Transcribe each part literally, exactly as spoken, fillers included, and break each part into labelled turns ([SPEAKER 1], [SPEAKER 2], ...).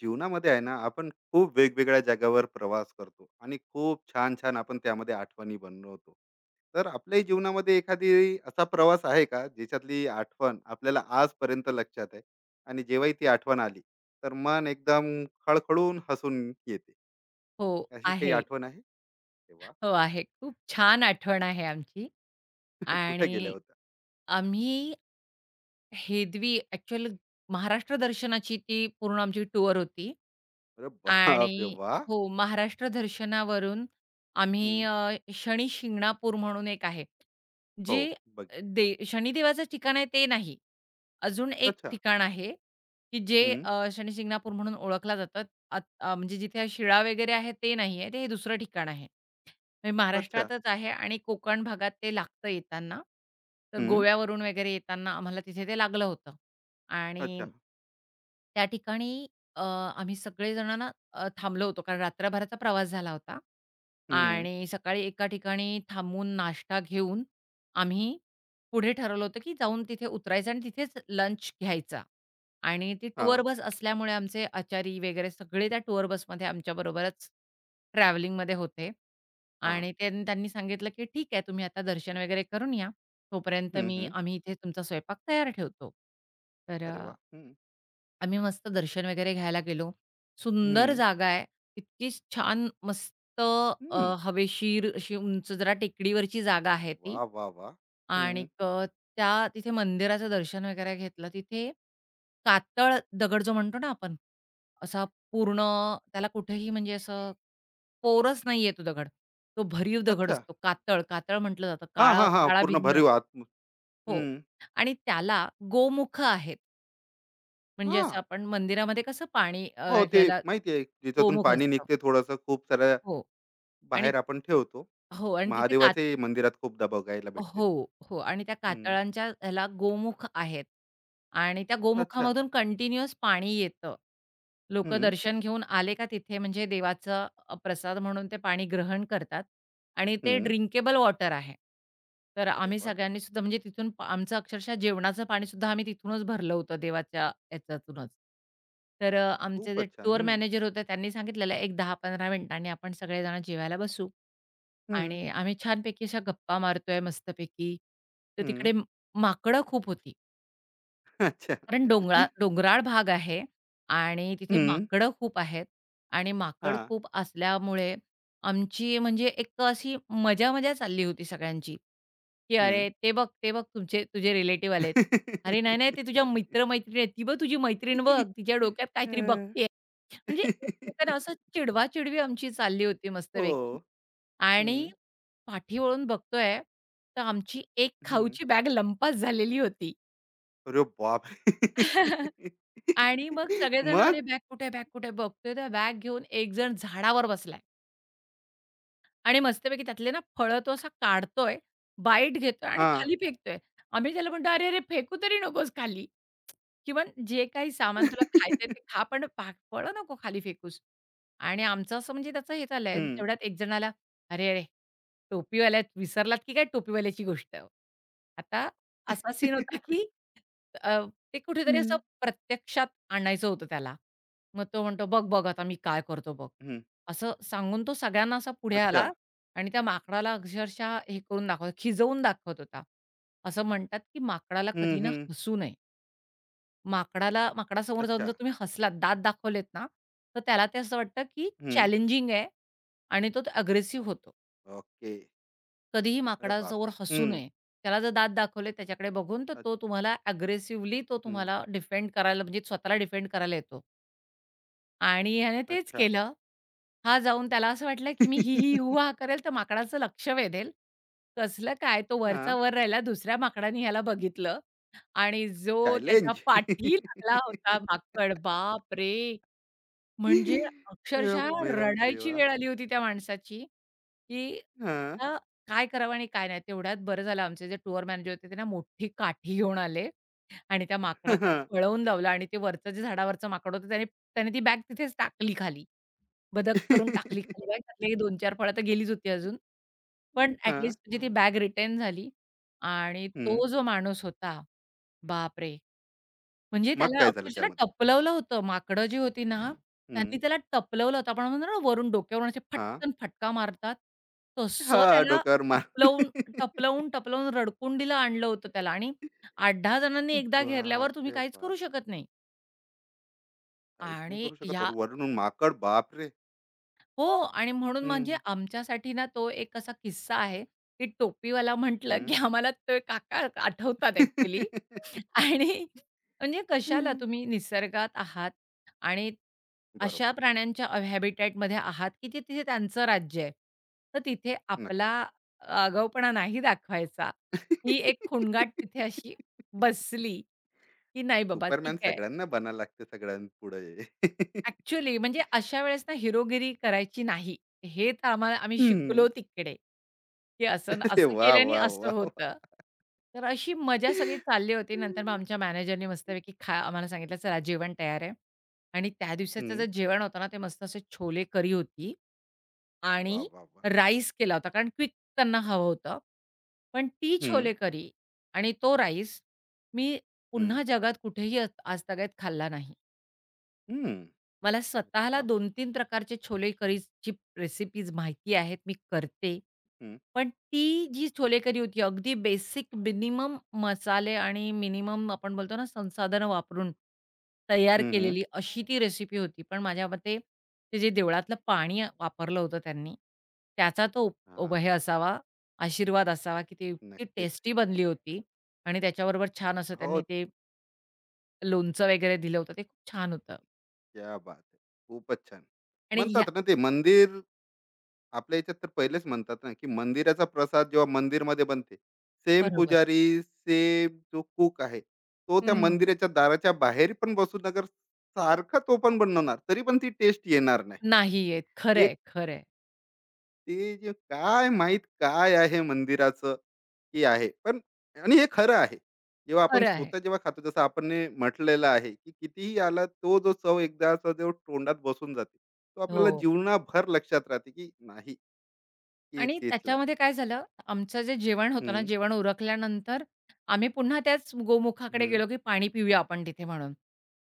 [SPEAKER 1] जीवनामध्ये आहे ना आपण खूप वेगवेगळ्या जागावर प्रवास करतो आणि खूप छान छान आपण त्यामध्ये आठवणी बनवतो. तर आपल्याही जीवनामध्ये एखादी असा प्रवास आहे का ज्याच्यातली आठवण आपल्याला आजपर्यंत लक्षात आहे आणि जेव्हाही ती आठवण आली तर मन एकदम खळखळून हसून येते,
[SPEAKER 2] हो,
[SPEAKER 1] अशी काही
[SPEAKER 2] आहे.
[SPEAKER 1] आठवण आहे तेव्हा?
[SPEAKER 2] हो, आहे. खूप छान आठवण आहे आमची
[SPEAKER 1] कुठे गेल्या
[SPEAKER 2] आणि
[SPEAKER 1] होत्या?
[SPEAKER 2] आम्ही हेदवी ॲक्चुअल महाराष्ट्र दर्शनाची ती पूर्ण आमची टूर होती.
[SPEAKER 1] अरे बाप रे,
[SPEAKER 2] आणि
[SPEAKER 1] वा.
[SPEAKER 2] हो, महाराष्ट्र दर्शनावरून आम्ही
[SPEAKER 1] हम्म,
[SPEAKER 2] अ, शनी शिंगणापूर म्हणून एक आहे.
[SPEAKER 1] हो.
[SPEAKER 2] जे
[SPEAKER 1] बघ.
[SPEAKER 2] दे शनिदेवाचं ठिकाण आहे ते नाही. अजून एक
[SPEAKER 1] अच्छा.
[SPEAKER 2] ठिकाण आहे, की जे
[SPEAKER 1] हम्म.
[SPEAKER 2] अ, शनी शिंगणापूर म्हणून ओळखलं जातं. आत अ, म्हणजे जिथे शिळा वगैरे आहे ते नाहीये, ते हे दुसरं ठिकाण आहे. म्हणजे
[SPEAKER 1] अच्छा.
[SPEAKER 2] महाराष्ट्रातच आहे आणि कोकण भागात ते लागतं येताना. तर
[SPEAKER 1] हम्म.
[SPEAKER 2] गोव्यावरून वगैरे येताना आम्हाला तिथे ते लागलं होतं. आणि
[SPEAKER 1] अच्छा.
[SPEAKER 2] त्या ठिकाणी अ, आम्ही सगळेजण ना अ, थांबलो होतो कारण रात्रभराचा प्रवास झाला होता
[SPEAKER 1] हम्म.
[SPEAKER 2] आणि सकाळी एका ठिकाणी थांबून नाश्ता घेऊन आम्ही पुढे ठरवलं होतं, की जाऊन तिथे उतरायचं आणि तिथेच लंच घ्यायचा. आणि ती
[SPEAKER 1] हा.
[SPEAKER 2] टूअर बस असल्यामुळे आमचे आचारी वगैरे सगळे त्या टूअर बसमध्ये आमच्याबरोबरच ट्रॅव्हलिंगमध्ये होते
[SPEAKER 1] हा.
[SPEAKER 2] आणि त्यां त्यांनी सांगितलं, की "ठीक आहे, तुम्ही आता दर्शन वगैरे करून या. तोपर्यंत
[SPEAKER 1] हम्म.
[SPEAKER 2] मी
[SPEAKER 1] हम्म.
[SPEAKER 2] आम्ही इथे तुमचा स्वयंपाक तयार ठेवतो." तर अ
[SPEAKER 1] अरे वा. हम्म.
[SPEAKER 2] आम्ही मस्त दर्शन वगैरे घ्यायला गेलो. सुंदर
[SPEAKER 1] हम्म.
[SPEAKER 2] जागा आहे. इतकी छान मस्त अ,
[SPEAKER 1] हं.
[SPEAKER 2] हवेशीर अशी उंच जरा टेकडीवरची जागा आहे ती.
[SPEAKER 1] वा वा वा.
[SPEAKER 2] आणि
[SPEAKER 1] हं.
[SPEAKER 2] अ, त्या तिथे मंदिराचं दर्शन वगैरे घेतलं. तिथे कातळ दगड जो म्हणतो ना आपण, असा पूर्ण त्याला कुठेही म्हणजे असं पोरच नाहीये तो दगड. तो भरीव दगड
[SPEAKER 1] अच्छा.
[SPEAKER 2] असतो. कातळ, कातळ म्हटलं जातं.
[SPEAKER 1] हां,
[SPEAKER 2] काळा
[SPEAKER 1] हां, हां. पूर्ण
[SPEAKER 2] काळाभिन्न.
[SPEAKER 1] भरीव आत्म। हं.
[SPEAKER 2] हो. आणि त्याला गोमुख आहेत. म्हणजे असं
[SPEAKER 1] हां.
[SPEAKER 2] आपण मंदिरामध्ये कसं पाणी
[SPEAKER 1] हो,
[SPEAKER 2] अ,
[SPEAKER 1] ते
[SPEAKER 2] घ्यायला
[SPEAKER 1] माहिती आहे, ज्याच्यातून
[SPEAKER 2] गोमुख
[SPEAKER 1] पाणी
[SPEAKER 2] असतं.
[SPEAKER 1] निघते थोडंसं खूप साऱ्या
[SPEAKER 2] हो आणि
[SPEAKER 1] बाहेर आपण ठेवतो.
[SPEAKER 2] हो आणि तिथे कात
[SPEAKER 1] महादेवाच्याही मंदिरात खूपदा बघायला भेटते
[SPEAKER 2] हो,
[SPEAKER 1] ते.
[SPEAKER 2] हो. आणि त्या
[SPEAKER 1] हं.
[SPEAKER 2] कातळांच्या ह्याला गोमुख आहेत आणि त्या
[SPEAKER 1] अच्छा.
[SPEAKER 2] गोमुखामधून कंटिन्युअस पाणी येतं. लोक
[SPEAKER 1] हं,
[SPEAKER 2] दर्शन घेऊन आले का तिथे म्हणजे देवाचं अ, प्रसाद म्हणून ते पाणी ग्रहण करतात आणि ते
[SPEAKER 1] हं.
[SPEAKER 2] ड्रिंकेबल वॉटर आहे. तर
[SPEAKER 1] अरे
[SPEAKER 2] आम्ही
[SPEAKER 1] वाह!
[SPEAKER 2] सगळ्यांनी सुद्धा म्हणजे तिथून पा- आमचं अक्षरशः जेवणाचं पाणी सुद्धा आम्ही तिथूनच भरलं होतं देवाच्या ह्याच्यातूनच. तर अ, आमचे जे
[SPEAKER 1] खूपच छान.
[SPEAKER 2] टूर
[SPEAKER 1] हं,
[SPEAKER 2] मॅनेजर होते त्यांनी सांगितलेलं, "एक दहा ते पंधरा मिनिटांनी आपण सगळेजण जेवायला बसू."
[SPEAKER 1] हं,
[SPEAKER 2] आणि आम्ही छानपैकी अशा गप्पा मारतोय मस्तपैकी. तर
[SPEAKER 1] हं.
[SPEAKER 2] तिकडे म- माकडं खूप होती.
[SPEAKER 1] अच्छा.
[SPEAKER 2] कारण डोंगरा डोंगराळ भाग आहे आणि तिथे
[SPEAKER 1] हं.
[SPEAKER 2] माकडं खूप आहेत आणि माकड
[SPEAKER 1] हां.
[SPEAKER 2] खूप असल्यामुळे आमची म्हणजे एक अशी मजा-मजा चालली होती सगळ्यांची, की
[SPEAKER 1] हं.
[SPEAKER 2] "अरे, ते बघ, ते बघ तुमचे तुझे रिलेटिव्ह
[SPEAKER 1] हं.
[SPEAKER 2] आलेत." "अरे, नाही, नाही, ते तुझ्या मित्र आहेत. ती बघ तुझी मैत्रीण बघ, तिच्या डोक्यात काहीतरी बघतीये." म्हणजे एकमेकांना असं चिडवा-चिडवी आमची चालली होती मस्तपैकी.
[SPEAKER 1] हो.
[SPEAKER 2] आणि
[SPEAKER 1] हं,
[SPEAKER 2] पाठी वळून बघतोय, तर आमची एक
[SPEAKER 1] हं.
[SPEAKER 2] खाऊची बॅग लंपास झालेली
[SPEAKER 1] अरे बापरे!
[SPEAKER 2] होती. आणि मग सगळेजण, "अरे
[SPEAKER 1] मग?
[SPEAKER 2] बॅग कुठे आहे? बॅग कुठे आहे?" बघतोय तर बॅग घेऊन एक जण झाडावर बसलाय. आणि मस्तपैकी त्यातले ना फळं तो असा काढतोय, बाईट घेतोय आणि
[SPEAKER 1] हां.
[SPEAKER 2] खाली फेकतोय. आम्ही त्याला म्हणतो, "अरे, अरे, फेकू तरी नकोस खाली. किमान जे काही सामान तुला खायचंय ते खा, पण पा फळं नको खाली फेकूस." आणि आमचं असं म्हणजे त्याचं हे झालंय.
[SPEAKER 1] हं.
[SPEAKER 2] तेवढ्यात एक जण आला, "अरे, अरे, टोपीवाल्या विसरलात की काय टोपीवाल्याची गोष्ट?" आता असा सीन होता की अ, ते कुठेतरी असं
[SPEAKER 1] हं.
[SPEAKER 2] प्रत्यक्षात आणायचं होतं त्याला. मग तो म्हणतो, "बघ, बघ, आता मी काय करतो बघ."
[SPEAKER 1] हं.
[SPEAKER 2] असं सांगून तो सगळ्यांना असा पुढे आला
[SPEAKER 1] अच्छा.
[SPEAKER 2] आणि त्या माकडाला अक्षरशः हे करून दाखवत खिजवून दाखवत होता. असं म्हणतात, की माकडाला
[SPEAKER 1] हं,
[SPEAKER 2] कधी ना
[SPEAKER 1] हं.
[SPEAKER 2] हसू नये. माकडाला माकडासमोर जाऊन
[SPEAKER 1] अच्छा.
[SPEAKER 2] जर तुम्ही हसलात, दात दाखवलेत ना, तर त्याला ते असं वाटतं, की
[SPEAKER 1] हं.
[SPEAKER 2] चॅलेंजिंग आहे आणि तो अग्रेसिव्ह होतो.
[SPEAKER 1] ओके.
[SPEAKER 2] कधीही
[SPEAKER 1] अरे
[SPEAKER 2] माकडासमोर
[SPEAKER 1] बापरे!
[SPEAKER 2] हसू
[SPEAKER 1] हं.
[SPEAKER 2] नये. त्याला जर दात दाखवले त्याच्याकडे बघून, तर
[SPEAKER 1] अ
[SPEAKER 2] तो तुम्हाला अग्रेसिव्हली तो
[SPEAKER 1] हं.
[SPEAKER 2] तुम्हाला डिफेंड करायला म्हणजे स्वतःला डिफेंड करायला येतो. आणि ह्याने तेच
[SPEAKER 1] अच्छा.
[SPEAKER 2] केलं. हा जाऊन त्याला असं वाटलं, की मी ही, ही, हुआ हा करेल तर माकडाचं लक्ष वेधेल. कसलं काय तो वरचा
[SPEAKER 1] हां.
[SPEAKER 2] वर राहिला दुसऱ्या माकडाने ह्याला बघितलं आणि जो त्याच्या
[SPEAKER 1] चॅलेंज.
[SPEAKER 2] पाठी लागला होता माकड, बापरे! म्हणजे अक्षरशः हो.
[SPEAKER 1] मेरा
[SPEAKER 2] रडायची
[SPEAKER 1] देवा!
[SPEAKER 2] वेळ आली होती त्या माणसाची, की
[SPEAKER 1] हां.
[SPEAKER 2] आता काय करावं आणि काय नाही. तेवढ्यात बरं झालं आमचे जे टूर मॅनेजर होते ते ना मोठी काठी घेऊन आले आणि त्या माकडाला
[SPEAKER 1] हां.
[SPEAKER 2] पळवून लावलं आणि ते वरचं जे झाडावरचं माकड होतं त्याने त्याने ती बॅग तिथेच टाकली खाली. बदक करून टाकली खाली बॅग. त्यातली दोन ते चार फळं तर गेलीच होती अजून.
[SPEAKER 1] हां.
[SPEAKER 2] पण ॲट
[SPEAKER 1] हं.
[SPEAKER 2] म्हणजे ती बॅग रिटर्न झाली आणि तो जो माणूस होता, बापरे! म्हणजे
[SPEAKER 1] मग
[SPEAKER 2] त्याला
[SPEAKER 1] काय झालं
[SPEAKER 2] अक्षरशः
[SPEAKER 1] त्यामध्ये?
[SPEAKER 2] टपलवलं होतं. माकडं जी होती ना,
[SPEAKER 1] हं.
[SPEAKER 2] त्यांनी त्याला टपलवलं होतं. आपण म्हणतो ना, वरून डोक्यावरून असे
[SPEAKER 1] हां.
[SPEAKER 2] फटकन फटका मारतात. तसं
[SPEAKER 1] हां.
[SPEAKER 2] त्याला
[SPEAKER 1] डोक्यावर मार.
[SPEAKER 2] टपलवून, टपलवून, टपलवून रडकुंडीला आणलं होतं त्याला आणि आठ ते दहा जणांनी एकदा घेरल्यावर तुम्ही
[SPEAKER 1] बापरे
[SPEAKER 2] काहीच
[SPEAKER 1] बाप!
[SPEAKER 2] करू शकत नाही.
[SPEAKER 1] काहीच नाही
[SPEAKER 2] आणि
[SPEAKER 1] करू शकत
[SPEAKER 2] ह्या
[SPEAKER 1] वर- वरून माकड, बापरे.
[SPEAKER 2] हो आणि म्हणून म्हणजे
[SPEAKER 1] हम्म,
[SPEAKER 2] आमच्यासाठी ना तो एक असा किस्सा आहे, की टोपीवाला म्हटलं,
[SPEAKER 1] हम्म.
[SPEAKER 2] की आम्हाला ते काका आठवतात ॲक्चुअली. आणि म्हणजे कशाला
[SPEAKER 1] हम्म.
[SPEAKER 2] तुम्ही निसर्गात आहात आणि अशा
[SPEAKER 1] बरोबर.
[SPEAKER 2] प्राण्यांच्या अ, हॅबिटॅटमध्ये आहात, की जे तिथे त्यांचं राज्य आहे. तर तिथे आपला
[SPEAKER 1] नक्कीच.
[SPEAKER 2] आगाऊपणा नाही दाखवायचा. ही एक खुणगाट तिथे अशी बसली, की नाही बाबा ठीक
[SPEAKER 1] सुपरमॅन
[SPEAKER 2] आहे.
[SPEAKER 1] सगळ्यांना बना लागते सगळ्यांपुढे.
[SPEAKER 2] ॲक्चुअली म्हणजे अशा वेळेस ना हिरोगिरी करायची नाही. हे तर आम्हाला आम्ही शिकलो
[SPEAKER 1] हम्म.
[SPEAKER 2] तिकडे, की असं
[SPEAKER 1] अरे
[SPEAKER 2] असं
[SPEAKER 1] वा
[SPEAKER 2] केल्याने
[SPEAKER 1] वा
[SPEAKER 2] असं
[SPEAKER 1] वा वा.
[SPEAKER 2] होतं. तर अशी मजा सगळी चालली होती. नंतर मग आमच्या मॅनेजरनी मस्तपैकी खा आम्हाला सांगितलं, "चला जेवण तयार आहे." आणि त्या दिवसाचं
[SPEAKER 1] हम्म,
[SPEAKER 2] जे जेवण होतं ना, ते मस्त असे छोले करी होती
[SPEAKER 1] वा
[SPEAKER 2] आणि
[SPEAKER 1] वा वा.
[SPEAKER 2] राईस केला होता, कारण क्विक त्यांना हवं होतं. पण ती
[SPEAKER 1] हम्म,
[SPEAKER 2] छोले करी आणि तो राईस मी
[SPEAKER 1] हम्म,
[SPEAKER 2] पुन्हा जगात कुठेही आज तगायत खाल्ला नाही.
[SPEAKER 1] हम्म.
[SPEAKER 2] मला
[SPEAKER 1] अरे
[SPEAKER 2] स्वतःला
[SPEAKER 1] वा.
[SPEAKER 2] दोन ते तीन प्रकारचे छोले करीची रेसिपीज माहिती आहेत, मी करते.
[SPEAKER 1] हम्म,
[SPEAKER 2] पण ती जी छोले करी होती अगदी बेसिक मिनिमम मसाले आणि मिनिमम आपण बोलतो ना संसाधनं वापरून तयार
[SPEAKER 1] हम्म, हम्म.
[SPEAKER 2] केलेली अशी ती रेसिपी होती. पण माझ्या मते ते जे देवळातलं पाणी वापरलं होतं त्यांनी, त्याचा तो उप
[SPEAKER 1] हा.
[SPEAKER 2] उप हे असावा, आशीर्वाद असावा, की ती इतकी
[SPEAKER 1] नक्कीच.
[SPEAKER 2] टेस्टी बनली होती आणि त्याच्याबरोबर छान असं
[SPEAKER 1] हो.
[SPEAKER 2] त्यांनी ते लोणचं वगैरे दिलं होतं, ते खूप छान होतं.
[SPEAKER 1] क्या बात आहे. खूपच छान.
[SPEAKER 2] आणि ह्या
[SPEAKER 1] म्हणतात ना ते मंदिर, आपल्या याच्यात तर पहिलेच म्हणतात ना की मंदिराचा प्रसाद जेव्हा मंदिरमध्ये बनते, सेम
[SPEAKER 2] बरोबर.
[SPEAKER 1] पुजारी सेम जो कुक आहे तो त्या
[SPEAKER 2] हं,
[SPEAKER 1] मंदिराच्या दाराच्या बाहेर पण बसून अगर सारखा तो पण बनवणार, तरी पण ती टेस्ट येणार नाही.
[SPEAKER 2] नाही येत. खरं आहे,
[SPEAKER 1] एक
[SPEAKER 2] खरं आहे.
[SPEAKER 1] ते जे काय माहित काय आहे मंदिराचं, की आहे पण. आणि हे खरं आहे, जेव्हा आपण
[SPEAKER 2] खरं आहे.
[SPEAKER 1] स्वतः जेव्हा खातो, जसं आपण ने म्हटलेलं आहे की कितीही आला तो जो चव एकदाचा जो तोंडात बसून जाते, तो
[SPEAKER 2] हो.
[SPEAKER 1] आपल्याला जीवनाभर लक्षात राहते की नाही, हे
[SPEAKER 2] आणि
[SPEAKER 1] तेथलं.
[SPEAKER 2] त्याच्यामध्ये काय झालं, आमचं जे जेवण होतं ना,
[SPEAKER 1] हं,
[SPEAKER 2] जेवण उरकल्यानंतर आम्ही पुन्हा त्याच गोमुखाकडे
[SPEAKER 1] हं,
[SPEAKER 2] गेलो, की पाणी पिऊया आपण तिथे म्हणून.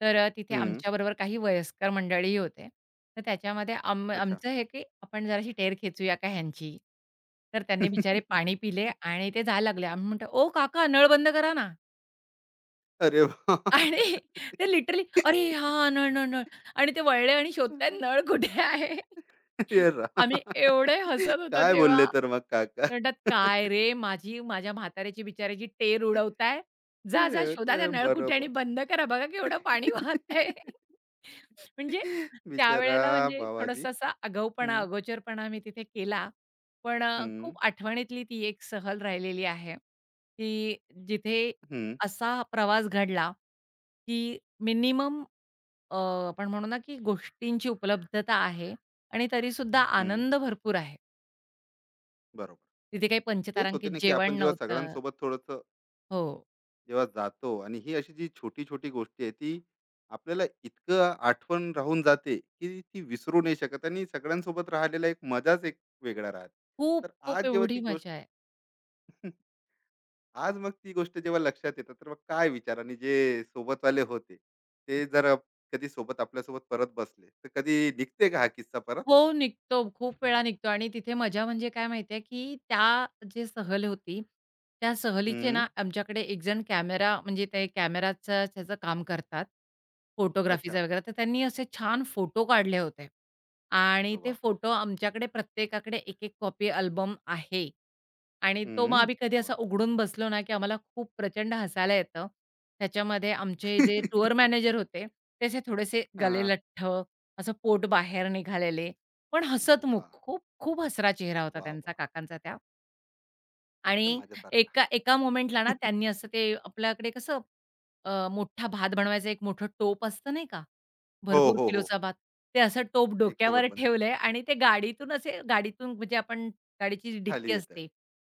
[SPEAKER 2] तर अ, तिथे
[SPEAKER 1] हं.
[SPEAKER 2] आमच्याबरोबर काही वयस्कर मंडळीही होते. तर त्याच्यामध्ये आम
[SPEAKER 1] अच्छा.
[SPEAKER 2] आमचं हे, की आपण जराशी टेर खेचूया का ह्यांची? तर त्यांनी बिचारे पाणी पिले आणि ते जायला लागले. आम्ही म्हणतो, "ओ काका नळ बंद करा ना."
[SPEAKER 1] अरे वाह!
[SPEAKER 2] आणि ते लिटरली, "अरे हां, नळ, नळ, नळ." आणि ते वळले आणि शोधतायत नळ कुठे आहे.
[SPEAKER 1] हे राम!
[SPEAKER 2] आम्ही एवढे हसत होतो
[SPEAKER 1] काय
[SPEAKER 2] तेव्हा
[SPEAKER 1] बोलले तर मग काका?
[SPEAKER 2] ते म्हणतात, "काय रे, माझी माझ्या म्हाताऱ्याची बिचाऱ्याची टेर उडवताय. जा, जा
[SPEAKER 1] हे
[SPEAKER 2] शोधा त्या
[SPEAKER 1] तर
[SPEAKER 2] नळकुठे आणि
[SPEAKER 1] बरोबर.
[SPEAKER 2] बंद करा. बघा केवढं पाणी वाहतंय." म्हणजे
[SPEAKER 1] बिचारा.
[SPEAKER 2] त्यावेळेला म्हणजे
[SPEAKER 1] बाबाजी.
[SPEAKER 2] थोडासा असा आगाऊपणा,
[SPEAKER 1] हं,
[SPEAKER 2] अगोचरपणा मी तिथे केला. पण अ,
[SPEAKER 1] हं,
[SPEAKER 2] खूप आठवणीतली ती एक सहल राहिलेली आहे, की जिथे
[SPEAKER 1] हं,
[SPEAKER 2] असा प्रवास घडला, की मिनिमम आपण म्हणू ना, की गोष्टींची उपलब्धता आहे आणि तरीसुद्धा
[SPEAKER 1] हं.
[SPEAKER 2] आनंद भरपूर आहे.
[SPEAKER 1] बरोबर.
[SPEAKER 2] तिथे काही
[SPEAKER 1] तेच होते
[SPEAKER 2] पंचतारांकित
[SPEAKER 1] ना, की
[SPEAKER 2] जेवण
[SPEAKER 1] आपण जेव्हा
[SPEAKER 2] नव्हतं.
[SPEAKER 1] सगळ्यांसोबत थोडंसं
[SPEAKER 2] हो.
[SPEAKER 1] जेव्हा जातो आणि ही अशी जी छोटी छोटी गोष्टी आहे ती आपल्याला इतकं आठवण राहून जाते की ती विसरू नाही शकत, आणि सगळ्यांसोबत राहिलेला एक मजाच एक वेगळा राहते.
[SPEAKER 2] खूप,
[SPEAKER 1] तर
[SPEAKER 2] खूप
[SPEAKER 1] आज जेव्हा ती
[SPEAKER 2] एवढी
[SPEAKER 1] गोष्ट
[SPEAKER 2] मजा आहे.
[SPEAKER 1] आज मग ती गोष्ट जेव्हा लक्षात येतात, तर मग काय विचार, आणि जे सोबतवाले होते ते जर कधी सोबत आपल्यासोबत परत बसले तर कधी निघते का हा किस्सा परत?
[SPEAKER 2] हो, निघतो. खूप वेळा निघतो आणि तिथे मजा म्हणजे काय माहिती आहे, की त्या जी सहल होती, त्या सहलीचे
[SPEAKER 1] हम्म.
[SPEAKER 2] ना आमच्याकडे एकजण कॅमेरा म्हणजे ते कॅमेराचं त्याचं काम करतात,
[SPEAKER 1] अच्छा.
[SPEAKER 2] फोटोग्राफीचं वगैरे. तर त्यांनी असे छान फोटो काढले होते आणि ते
[SPEAKER 1] वा.
[SPEAKER 2] फोटो आमच्याकडे प्रत्येकाकडे एक-एक कॉपी अल्बम आहे आणि तो मग
[SPEAKER 1] हम्म.
[SPEAKER 2] आम्ही कधी
[SPEAKER 1] वा.
[SPEAKER 2] असा उघडून बसलो ना, की आम्हाला खूप प्रचंड हसायला येतं. त्याच्यामध्ये आमचे जे टूर मॅनेजर होते, ते थोडेसे गले
[SPEAKER 1] हा,
[SPEAKER 2] असं पोट बाहेर निघालेले पण हसतमुख,
[SPEAKER 1] वा
[SPEAKER 2] खूप खूप हसरा चेहरा होता
[SPEAKER 1] वा
[SPEAKER 2] त्यांचा,
[SPEAKER 1] वा.
[SPEAKER 2] काकांचा त्या.
[SPEAKER 1] एकदम
[SPEAKER 2] आणि
[SPEAKER 1] माझ्यासारखा.
[SPEAKER 2] एका एका मोमेंटला ना त्यांनी असं ते आपल्याकडे कसं अ, मोठा भात बनवायचं एक मोठं टोप असतं नाही का?
[SPEAKER 1] हो
[SPEAKER 2] भरपूर
[SPEAKER 1] हो हो.
[SPEAKER 2] किलोचा भात. ते असं टोप
[SPEAKER 1] एक
[SPEAKER 2] डोक्यावर
[SPEAKER 1] सोबत
[SPEAKER 2] ठेवलंय आणि ते गाडीतून असे गाडीतून म्हणजे आपण गाडीची जी
[SPEAKER 1] खाली
[SPEAKER 2] डिक्की
[SPEAKER 1] येत आहे.
[SPEAKER 2] असते,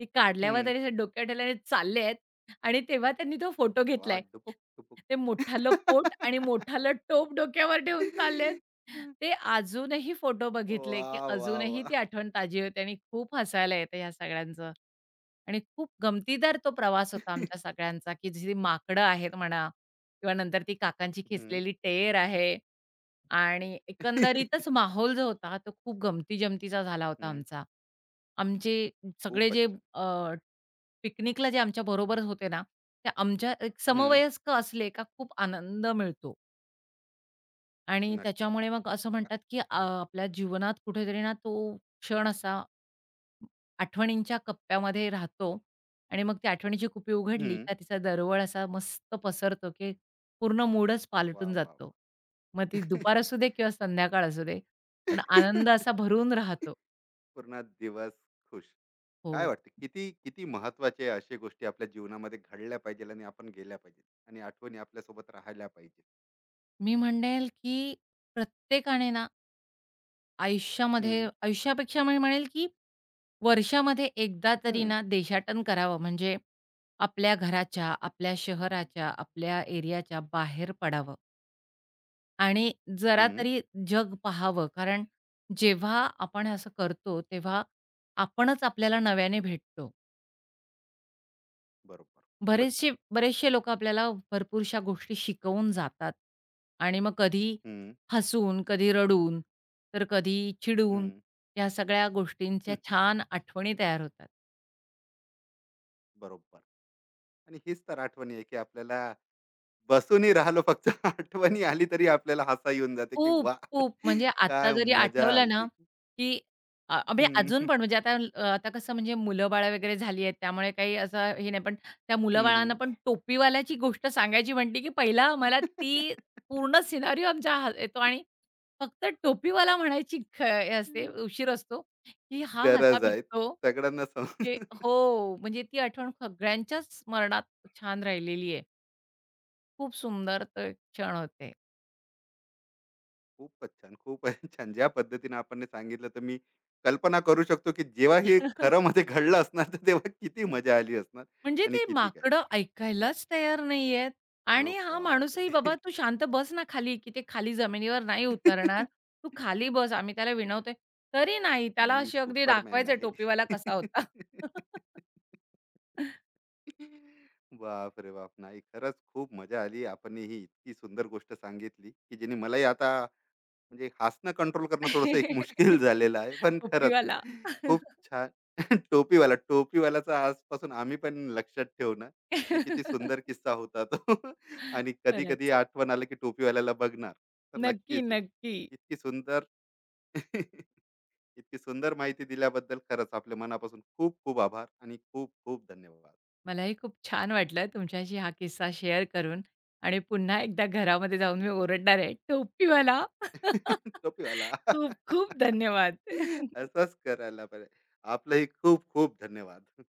[SPEAKER 2] ती काढल्यावर
[SPEAKER 1] हं.
[SPEAKER 2] त्यांनी असं डोक्यावर ठेवल्याने चालले आहेत आणि तेव्हा त्यांनी तो फोटो
[SPEAKER 1] वाह!
[SPEAKER 2] घेतलाय.
[SPEAKER 1] डुबुक, डुबुक.
[SPEAKER 2] ते मोठालं पोट आणि मोठालं टोप डोक्यावर ठेवून चालले ते अजूनही फोटो बघितले, की
[SPEAKER 1] वाह! वाह!
[SPEAKER 2] अजूनही
[SPEAKER 1] वाह!
[SPEAKER 2] ती आठवण ताजी होते आणि खूप हसायला येतं ह्या सगळ्यांचं. आणि खूप गमतीदार तो प्रवास होता आमच्या सगळ्यांचा, की जी माकडं आहेत म्हणा किंवा नंतर ती काकांची
[SPEAKER 1] हं,
[SPEAKER 2] खेचलेली टेर आहे आणि एकंदरीतच माहोल जो होता तो खूप गमती-जमतीचा झाला होता
[SPEAKER 1] हं.
[SPEAKER 2] आमचा. आमचे सगळे
[SPEAKER 1] खूपच
[SPEAKER 2] जे
[SPEAKER 1] छान.
[SPEAKER 2] अ, पिकनिकला जे आमच्याबरोबर होते ना, ते आमच्या एक
[SPEAKER 1] हं.
[SPEAKER 2] समवयस्क असले का खूप आनंद मिळतो आणि
[SPEAKER 1] नक्कीच.
[SPEAKER 2] त्याच्यामुळे मग असं
[SPEAKER 1] अ,
[SPEAKER 2] म्हणतात, की अ, आपल्या जीवनात कुठेतरी ना तो क्षण असा आठवणींच्या कप्प्यामध्ये राहतो आणि मग ती आठवणीची कुपी उघडली
[SPEAKER 1] हं.
[SPEAKER 2] का तिचा दरवळ असा मस्त पसरतो, की पूर्ण मूडच
[SPEAKER 1] वाह!
[SPEAKER 2] पालटून
[SPEAKER 1] वाह!
[SPEAKER 2] जातो. मग ती दुपार असू दे किंवा संध्याकाळ असू दे, पण आनंद असा भरून राहतो.
[SPEAKER 1] पूर्ण दिवस खुश.
[SPEAKER 2] हो.
[SPEAKER 1] काय वाटतं, किती किती महत्त्वाचे अशा गोष्टी आपल्या जीवनामध्ये घडल्या पाहिजे आणि आपण गेल्या पाहिजे आणि आठवणी आपल्यासोबत राहायला पाहिजे.
[SPEAKER 2] मी म्हणेल, की प्रत्येकाने ना
[SPEAKER 1] हं,
[SPEAKER 2] आयुष्यामध्ये आयुष्यापेक्षा मी म्हणेल, की वर्षामध्ये एकदा तरी
[SPEAKER 1] हं,
[SPEAKER 2] ना देशाटन करावं. म्हणजे आपल्या घराच्या, आपल्या शहराच्या, आपल्या एरियाच्या बाहेर पडावं. आणि जरा
[SPEAKER 1] हं.
[SPEAKER 2] तरी जग पाहावं. कारण जेव्हा आपण असं करतो, तेव्हा आपणच आपल्याला नव्याने भेटतो.
[SPEAKER 1] बरोबर. खूपच छान.
[SPEAKER 2] बरेचसे बरेचसे लोकं आपल्याला भरपूरशा गोष्टी शिकवून जातात आणि मग कधी
[SPEAKER 1] हं,
[SPEAKER 2] हसून, कधी रडून, तर कधी चिडून,
[SPEAKER 1] हं.
[SPEAKER 2] या सगळ्या गोष्टींच्या छान आठवणी तयार होतात.
[SPEAKER 1] बरोबर. आणि हीच तर आठवणी आहे, की आपल्याला बसूनही राहिलो फक्त, आठवणी आली तरी आपल्याला हसा येऊन जाते, की
[SPEAKER 2] खूप,
[SPEAKER 1] वाह!
[SPEAKER 2] खूप. म्हणजे आता
[SPEAKER 1] काय
[SPEAKER 2] जरी
[SPEAKER 1] मजा
[SPEAKER 2] आठवलं ना,
[SPEAKER 1] आलती.
[SPEAKER 2] की अ, म्हणजे
[SPEAKER 1] हं,
[SPEAKER 2] अजून
[SPEAKER 1] हं,
[SPEAKER 2] पण म्हणजे आता अ, आता कसं म्हणजे मुलं-बाळं वगैरे झाली आहेत, त्यामुळे काही असं हे नाही. पण त्या
[SPEAKER 1] हं, हं.
[SPEAKER 2] मुलं-बाळांना पण टोपीवाल्याची गोष्ट सांगायची म्हटली, की पहिला आम्हाला ती पूर्ण सिनारिओ आमच्या हा येतो आणि फक्त टोपीवाला म्हणायची ख हे असते, उशीर असतो, की हा हसा
[SPEAKER 1] गरज आहे.
[SPEAKER 2] पिकतो,
[SPEAKER 1] सगळ्यांना सम.
[SPEAKER 2] की हो, म्हणजे ती आठवण सगळ्यांच्याच स्मरणात छान राहिलेली आहे. खूप सुंदर ते क्षण होते.
[SPEAKER 1] खूपच छान, खूपच छान. ज्या पद्धतीने आपण हे सांगितलं, तर मी कल्पना करू शकतो, की जेव्हा हे खरं मध्ये घडलं असणार तर तेव्हा किती मजा आली असणार
[SPEAKER 2] म्हणजे
[SPEAKER 1] आणि
[SPEAKER 2] ती
[SPEAKER 1] किती काय.
[SPEAKER 2] माकडं ऐकायलाच तयार नाहीयेत
[SPEAKER 1] हो
[SPEAKER 2] आणि हा माणूसही, "बाबा
[SPEAKER 1] बापरे!
[SPEAKER 2] तू शांत बस ना खाली," की ते खाली जमिनीवर नाही उतरणार. "तू खाली बस," आम्ही त्याला विनवतोय. तरी नाही. त्याला
[SPEAKER 1] मी
[SPEAKER 2] अशी अगदी
[SPEAKER 1] सुपरमॅन
[SPEAKER 2] दाखवायचंय
[SPEAKER 1] आहे.
[SPEAKER 2] टोपीवाला कसा होता.
[SPEAKER 1] बाप रे बाप! नाही, खरंच खूप मजा आली. आपण ही इतकी सुंदर गोष्ट सांगितली, की जिने मलाही आता म्हणजे हसणं कंट्रोल करणं थोडंसं एक मुश्किल झालेलं आहे. पण खरंच
[SPEAKER 2] टोपीवाला.
[SPEAKER 1] खूप छान. टोपीवाला, टोपीवाल्याचा आजपासून आम्ही पण लक्षात ठेवू ना, की किती सुंदर किस्सा होता तो, आणि कधी-कधी
[SPEAKER 2] खरंच.
[SPEAKER 1] आठवण आलं की टोपीवाल्याला बघणार. तर
[SPEAKER 2] नक्की,
[SPEAKER 1] नक्कीच आहे.
[SPEAKER 2] नक्की.
[SPEAKER 1] इतकी सुंदर इतकी सुंदर माहिती दिल्याबद्दल खरंच आपल्या मनापासून खूप खूप आभार आणि खूप खूप धन्यवाद.
[SPEAKER 2] मलाही खूप छान वाटलं तुमच्याशी हा किस्सा शेअर करून आणि पुन्हा एकदा घरामध्ये जाऊन मी
[SPEAKER 1] हं.
[SPEAKER 2] ओरडणार आहे, "टोपीवाला."
[SPEAKER 1] टोपीवाला.
[SPEAKER 2] खूप खूप धन्यवाद.
[SPEAKER 1] असंच करायला पाहिजे. आपलंही खूप खूप धन्यवाद.